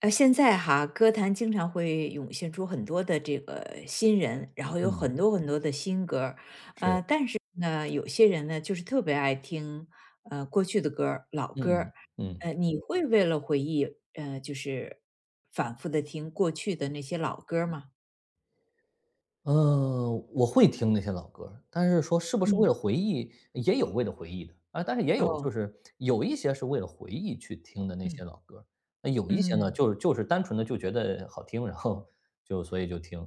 现在哈，歌坛经常会涌现出很多的这个新人，然后有嗯，很多很多的新歌儿，是，但是呢，有些人呢，就是特别爱听，过去的歌儿、老嗯歌嗯儿，嗯，你会为了回忆，就是反复的听过去的那些老歌儿吗？我会听那些老歌儿，但是说是不是嗯。为了回忆，也有为了回忆的，啊，但是也有就哦，是有一些是为了回忆去听的那些嗯，老歌儿。那有一些呢，嗯，就是单纯的就觉得好听，然后就所以就听，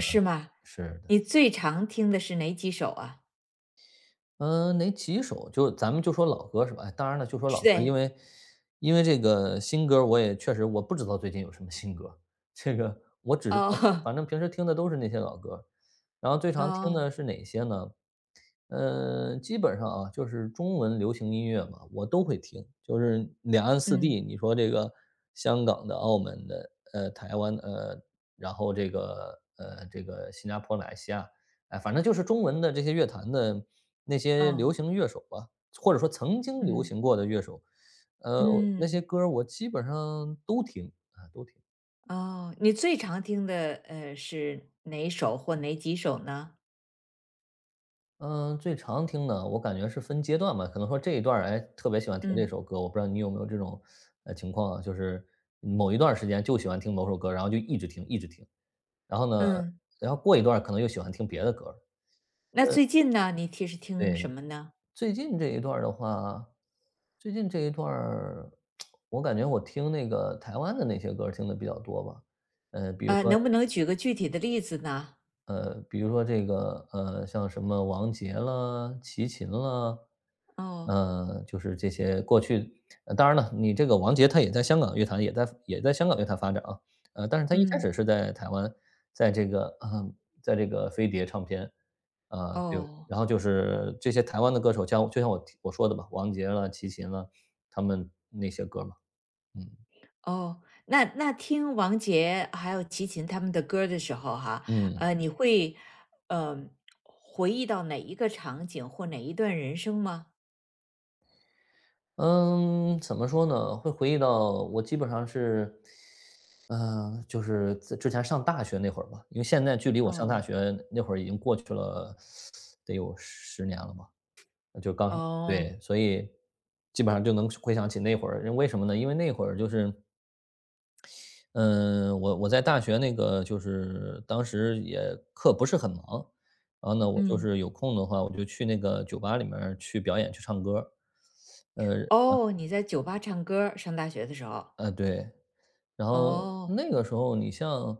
是吗？是的。你最常听的是哪几首啊？嗯，哪几首？就咱们就说老歌是吧？哎，当然了，就说老是歌，因对，为这个新歌我也确实我不知道最近有什么新歌，这个我只是哦 反 正平时听的都是那些老歌，然后最常听哦，的是哪些呢？基本上啊，就是中文流行音乐嘛，我都会听。就是两岸四嗯，地，你说这个香港的、澳门的、台湾的，然后这个新加坡、马来西亚，哎，反正就是中文的这些乐坛的那些流哦，行乐手吧，或者说曾经流嗯，行过的乐手。呃，那些嗯。歌儿我基本上都听啊，都听。哦，你最常听的，是哪首或哪几首呢？嗯，最常听的我感觉是分阶段吧，可能说这一段儿，哎，特别喜欢听这嗯。首歌，我不知道你有没有这种情况啊，就是某一段儿时间就喜欢听某首歌，然后就一直听一直听，然后呢，嗯，然后过一段儿可能又喜欢听别的歌儿。那呃，最近呢，你听是听对，什么呢？最近这一段儿的话，最近这一段儿，我感觉我听那个台湾的那些歌儿听的比较多吧。比如说，能不能举个具体的例子呢？比如说这个，像什么王杰啦、齐秦啦。哦，就是这些过去，当然了，你这个王杰他也在香港乐坛，也在香港乐坛发展啊。但是他一开始嗯。是在台湾，在这个呃，在这个飞碟唱片。啊，就哦，然后就是这些台湾的歌手，像我说的吧，王杰啦、齐秦啦，他们那些歌嘛。嗯，哦，那听王杰还有齐秦他们的歌儿的时候哈，嗯。你会，呃，回忆到哪一个场景或哪一段人生吗？嗯，怎么说呢？会回忆到我基本上是就是在之前上大学那会儿吧，因为现在距离我上大哦，学那会儿已经过去了，得有十年了吧。就刚，哦，对，所以基本上就能回想起那会儿，为什么呢？因为那会儿就是，嗯，我在大学那个就是当时也课不是很忙，然后呢，我就嗯，是有空的话，我就去那个酒吧里面儿去表演去唱歌。呃，哦，你在酒吧唱歌儿上大学的时候，对。然后哦，那个时候，你像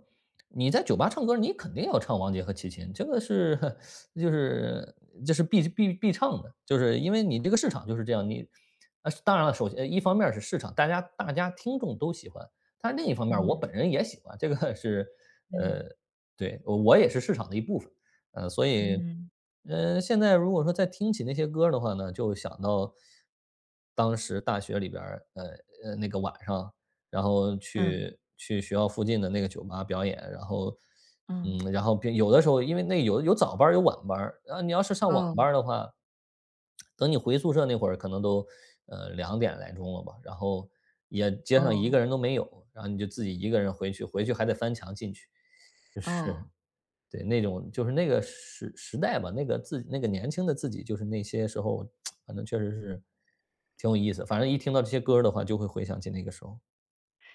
你在酒吧唱歌，你肯定要唱王杰和齐秦，这个是 就是这是必唱的，就是因为你这个市场就是这样。啊，当然了，首先，一方面是市场，大家听众都喜欢，但是另一方面我嗯。本人也喜欢。嗯，呃，对，我也是市场的一部分。所以，嗯，现在如果说再听起那些歌儿的话呢，就想到当时大学里边儿。那个晚上然后嗯，去学校附近的那个酒吧表演，然后嗯，嗯，然后并有的时候因为那有早班儿有晚班儿，然后你要是上晚班哦，儿的话，等你回宿舍那会儿可能都，两点来钟了吧。然后也街上一个哦，人都没有，然后你就自己一个人回去，回去还得翻墙进去，就是哦，对，那种就是那个时代吧，那个自己那个年轻的自己，就是那些时候。反正确实是挺有意思，反正一听到这些歌儿的话就会回想起那个时候。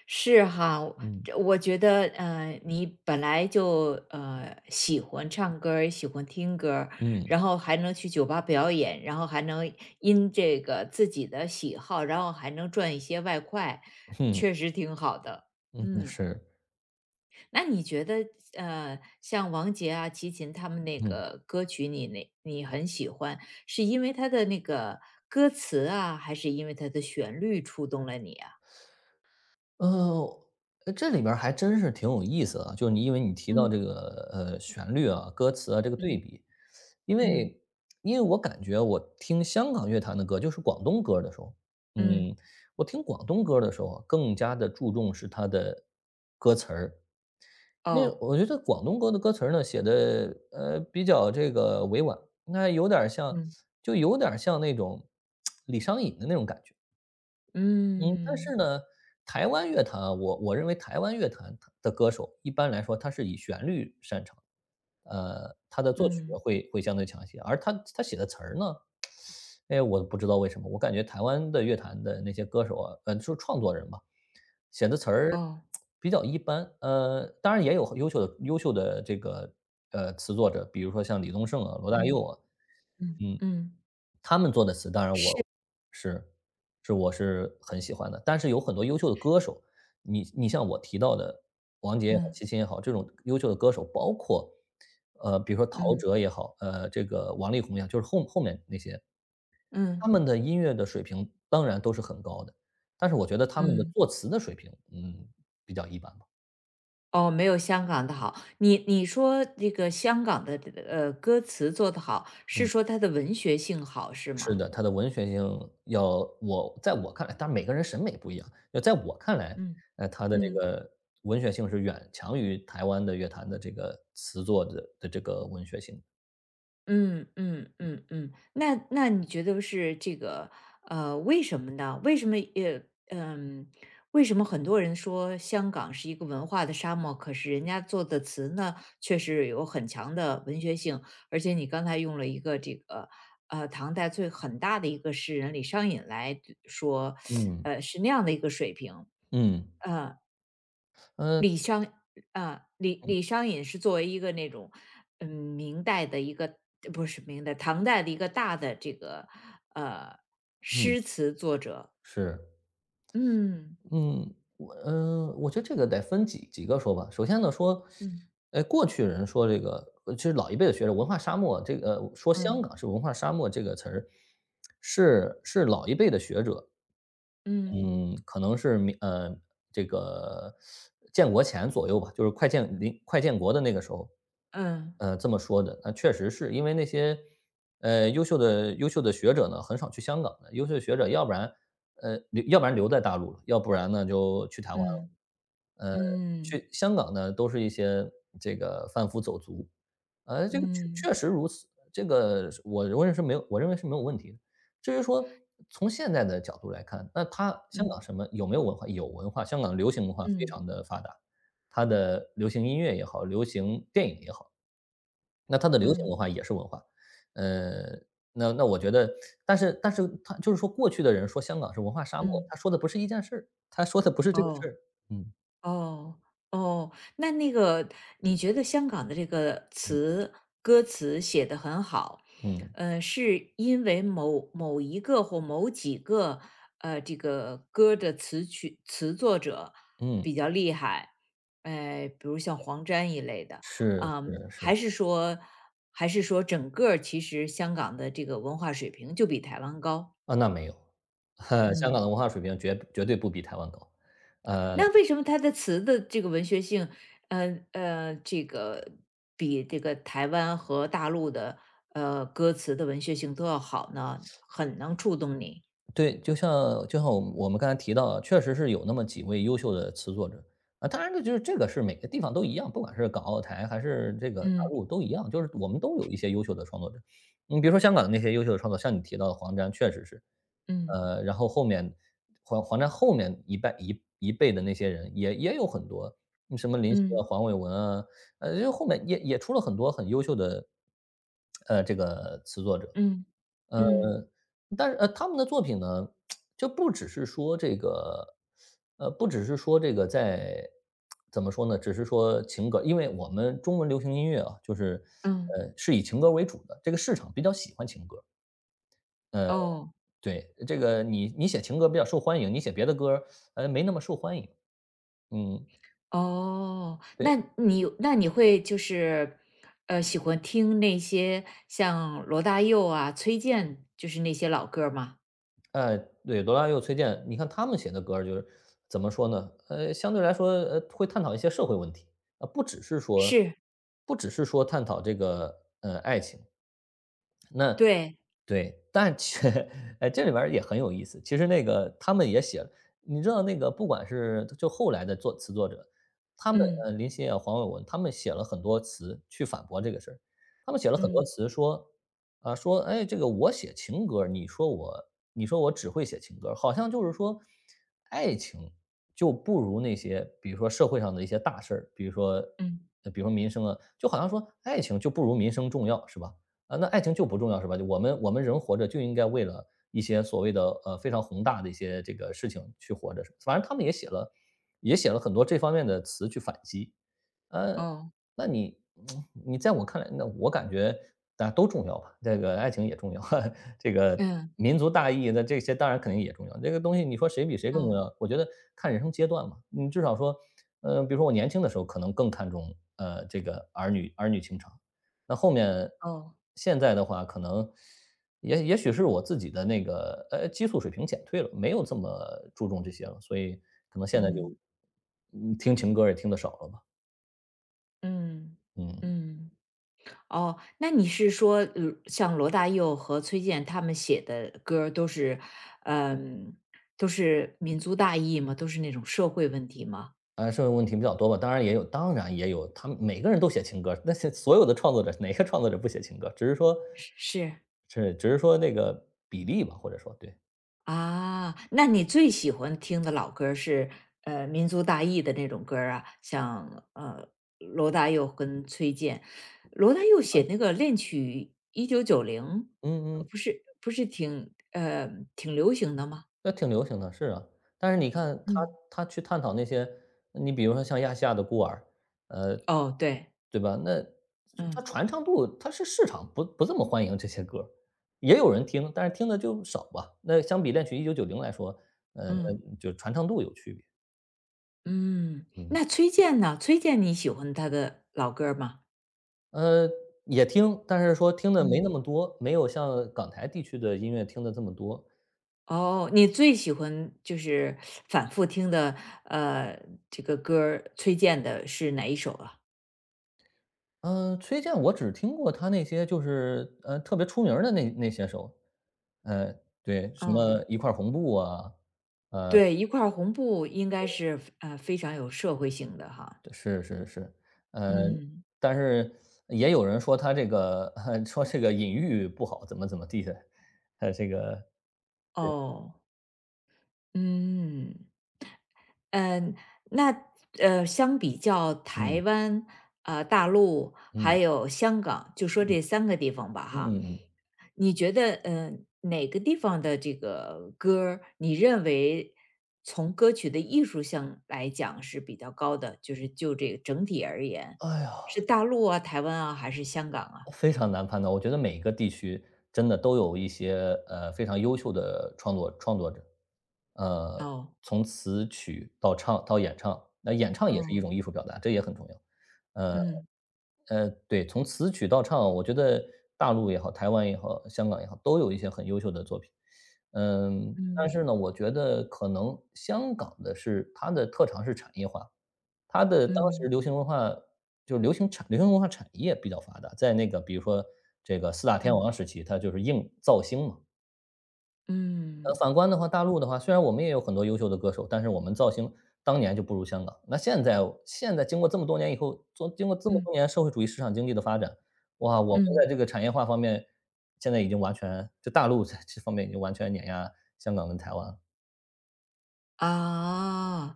是哈，我嗯。这我觉得，你本来就喜欢唱歌儿，喜欢听歌儿嗯然后还能去酒吧表演，然后还能因这个自己的喜好，然后还能赚一些外快，哼，确实挺好的。嗯，嗯。是，那你觉得，像王杰啊、齐秦他们那嗯。个歌曲那你很喜欢，是因为他的那个歌词啊，还是因为他的旋律触动了你啊？呃，这里边儿还真是挺有意思啊，就是因为你提到嗯这个，旋律啊、歌词啊，这个对嗯比。因嗯为因为我感觉我听香港乐坛的歌，就是广东歌的时候。嗯，嗯，我听广东歌的时候啊，更加的注重是它的歌词儿，因为哦，我觉得广东歌的歌词儿呢写的，比较这个委婉。那有点儿像，嗯就有点儿像那种李商隐的那种感觉。嗯，但是嗯呢，台湾乐坛啊，我认为台湾乐坛它的歌手一般来说，他是以旋律擅长。他的作曲嗯，会相对强一些，而他写的词儿呢，哎，我不知道为什么，我感觉台湾的乐坛的那些歌手啊，就是创作人吧，写的词儿哦，比较一般。当然也有优秀的这个，词作者，比如说像李宗盛啊、罗大嗯佑啊。嗯，嗯，嗯他们做的词，当然是，是是我是很喜欢的。但是有很多优秀的歌手，你像我提到的王杰也好、嗯齐秦也好，这种优秀的歌手，包括，比如说陶嗯喆也好，这个王力宏也好，就是后面那些，他嗯，们的音乐的水平当然都是很高的，但是我觉得他们的嗯作词的水平，比较一般吧。哦，没有香港的好。你说这个香港的歌词做得好，是说它的文学性好是是吗？的，它的文学性要我在我看来，当然每个人审美不一样，要在我看来，嗯。它的这嗯个文学性是远强于台湾的乐坛的这个词作的这个文学性。嗯嗯嗯嗯，那你觉得是这个为什么呢？为什么很多人说香港是一个文化的沙漠，可是人家做的词呢，却是有很强的文学性，而且你刚才用了一个这个唐代很大的一个诗人李商隐来说，嗯，是那样的一个水平，嗯，呃呃，李商李商隐是作为一个那种，嗯，明代的一个不是明代，唐代的一个大的这个，呃，嗯，诗词作者。是，嗯，嗯。我觉得这个得分几个说吧。首先呢，说，嗯，哎，过去人说这个，其实老一辈的学者"文化沙漠"这个，说香嗯，港是文化沙漠这个词儿，是是老一辈的学者。嗯，嗯，可能是这个建国前左右吧，就是快快建国的那个时候。嗯，这么说的。那确实是因为那些，优秀的学者呢，很少去香港的，优秀的学者，要不然，要不然留在大陆了，要不然呢就去台湾了。嗯，呃，嗯，去香港呢，都是一些这个贩夫走卒。这个嗯，确实如此，这个是我认为是没有问题的。至于说从现在的角度来看，那它香嗯，港什么有没有文化？有文化，香港流行文化非嗯，常的发达，它的流行音乐也好，流行电影也好，那它的流行文嗯，化也是文化。呃，那我觉得但是他就是说过去的人说香港是文化沙漠，嗯，他说的不是一件事儿，他说的不是这个事哦。儿。嗯，哦，哦，那个你觉得香港的这个歌词写得很好，嗯，是因为某某一个或某几个这个歌的词作者嗯，比较厉害，比如像黄沾一类的，是嗯，是是，还是说整个儿其实香港的这个文化水平就比台湾高？啊，那没有。香港嗯。的文化水平绝对不比台湾高。呃那为什么他的词的这个文学性，这个比这个台湾和大陆的歌词的文学性都要好呢？很能触动你。对，就像我们刚才提到的，确实是有那么几位优秀的词作者啊。当然，这个是每个地方都一样，不管是港澳台还是这个大嗯陆都一样，就是我们都有一些优秀的创作者。你比如说香港的那些优秀的创作，像你提到的黄沾，确实是。嗯然后后面黄，黄沾后面一辈一一辈的那些人也有很多，什么林夕嗯啊、黄伟文啊。就后面也出了很多很优秀的，这个词作者。嗯嗯但是，他们的作品呢，就不只是说这个，不只是说这个在，怎么说呢？只是说情歌，因为我们中文流行音乐啊，就是，嗯，是以情歌为主的，这个市场比较喜欢情歌。呃，哦对，这个你写情歌比较受欢迎，你写别的歌，没那么受欢迎。嗯，哦，对。那你会就是喜欢听那些像罗大佑啊、崔健，就是那些老歌儿吗？哎，对，罗大佑、崔健，你看他们写的歌儿就是怎么说呢？相对来说，会探讨一些社会问题，啊，不只是说是，探讨这个，爱情，对，对，哎，这里边儿也很有意思。其实那个他们也写了，你知道那个不管是就后来的作词作者，他们嗯林夕啊、黄伟文，他们写了很多词去反驳这个事儿。他们写了很多嗯词说，啊、说哎这个我写情歌儿你说我只会写情歌儿好像就是说爱情就不如那些比如说社会上的一些大事儿，比如说嗯，民生啊，就好像说爱情就不如民生重要，是吧？啊，那爱情就不重要是吧？就我们我们人活着就应该为了一些所谓的非常宏大的一些这个事情去活着，反正他们也写了很多这方面的词去反击，呃，哦，那你嗯你在我看来，那我感觉大家都重要吧，这个爱情也重要，这个嗯民族大义那这些当然肯定也重要。这个东西你说谁比谁更重哦。要？我觉得看人生阶段嘛，你至少说，比如说我年轻的时候可能更看重这个儿女情长，那后面哦，现在的话，可能也许是我自己的那个激素水平减退了，没有这么注重这些了，所以可能现在就嗯听情歌也听得少了吧。嗯嗯，嗯，哦，那你是说，像罗大佑和崔健他们写的歌儿都是，嗯，都是民族大义吗？都是那种社会问题吗？啊，社会问题比较多吧，当然也有，当然也有，他们每个人都写情歌，那些所有的创作者，哪个创作者不写情歌？只是说，是，那个比例吧，或者说对，啊，那你最喜欢听的老歌儿是民族大义的那种歌儿啊，像罗大佑跟崔健，罗大佑写那个恋曲1990，嗯嗯。不是不是挺流行的吗？那挺流行的，是啊。但是你看嗯。他去探讨那些你比如说像《亚细亚的孤儿》，呃，哦，对，对吧？那他嗯传唱度它是市场不这么欢迎这些歌儿也有人听，但是听的就少吧。那相比《恋曲1990来说，嗯那就传唱度有区别。嗯，嗯。那崔健呢？崔健你喜欢他的老歌儿吗？呃，也听，但是说听的没那嗯。么多，没有像港台地区的音乐听的这么多。哦，你最喜欢就是反复听的，呃，这个歌儿崔健的是哪一首啊？嗯，崔健我只听过他那些就是，特别出名儿的那些首。呃，对，什么哦，一块儿红布啊，呃，对，一块儿红布应该是，非常有社会性的哈。是是是，呃，嗯，但是也有人说他这个 说这个隐喻不好，怎么怎么地的，这个对。哦，嗯。嗯，那相比较台嗯湾、啊大陆还嗯有香港，就说嗯这三个地方吧嗯哈，嗯嗯，你觉得，哪个地方的这个歌儿你认为从歌曲的艺术性来讲是比较高的，就这个整体而言，哎呀，是大陆啊、台湾啊还是香港啊？非常难判断。我觉得每个地区真的都有一些非常优秀的创作者，呃，哦，从词曲到唱到演唱，那演唱也是一哦，种艺术表达，这也很重要。呃。嗯，对，从词曲到唱，我觉得大陆也好，台湾也好，香港也好，都有一些很优秀的作品。嗯，但嗯，是呢，我觉得可能香港的是它的特长是产业化，它的当时嗯，流行文化就是流行文化产业比较发达，在那个比如说这个四大天嗯，王时期，它就是硬造星嘛。嗯，嗯，反观的话，大陆的话，虽然我们也有很多优秀的歌手，但是我们造型当年就不如香港。那现在经过这么多年以后，经过这么嗯，多年社会主义市场经济的发展，哇，我们在嗯。这个产业化方面，现在已经完全就大陆在这方面已经完全碾压香港跟台湾了。啊，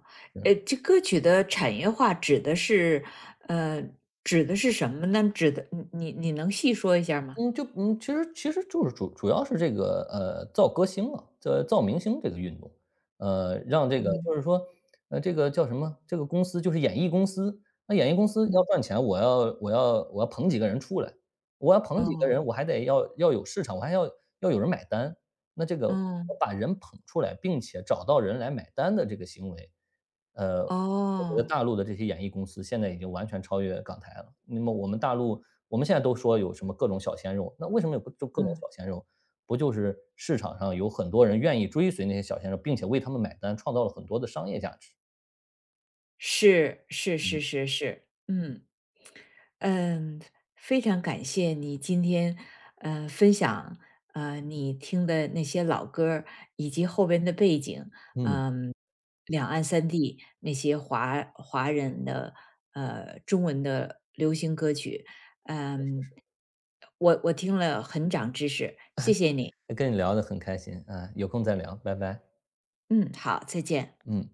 这歌曲的产业化指的是，呃，指的是什么呢？指的你你你能细说一下吗？嗯，其实就是主要是这个，造歌星啊，造明星这个运动。让这个嗯，就是说，这个叫什么，这个公司就是演艺公司，那演艺公司要嗯。赚钱，我要捧几个人出来，我要捧几个哦，人，我还得要有市场，我还要有人买单。那这个我哦把人捧出来，并且找到人来买单的这个行为，我觉得哦，大陆的这些演艺公司现在已经完全超越港台了。那么我们现在都说有什么各种小鲜肉，那为什么有各种嗯。小鲜肉？不就是市场上有很多人愿意追随那些小鲜肉，并且为他们买单，创造了很多的商业价值。是是嗯，是是是，嗯。嗯，非常感谢你今天分享你听的那些老歌儿以及后边的背景，嗯，嗯，两岸三地那些华人的中文的流行歌曲，嗯，我听了很长知识，谢谢你，跟你聊得很开心，啊，有空再聊，拜拜，嗯，好，再见。嗯。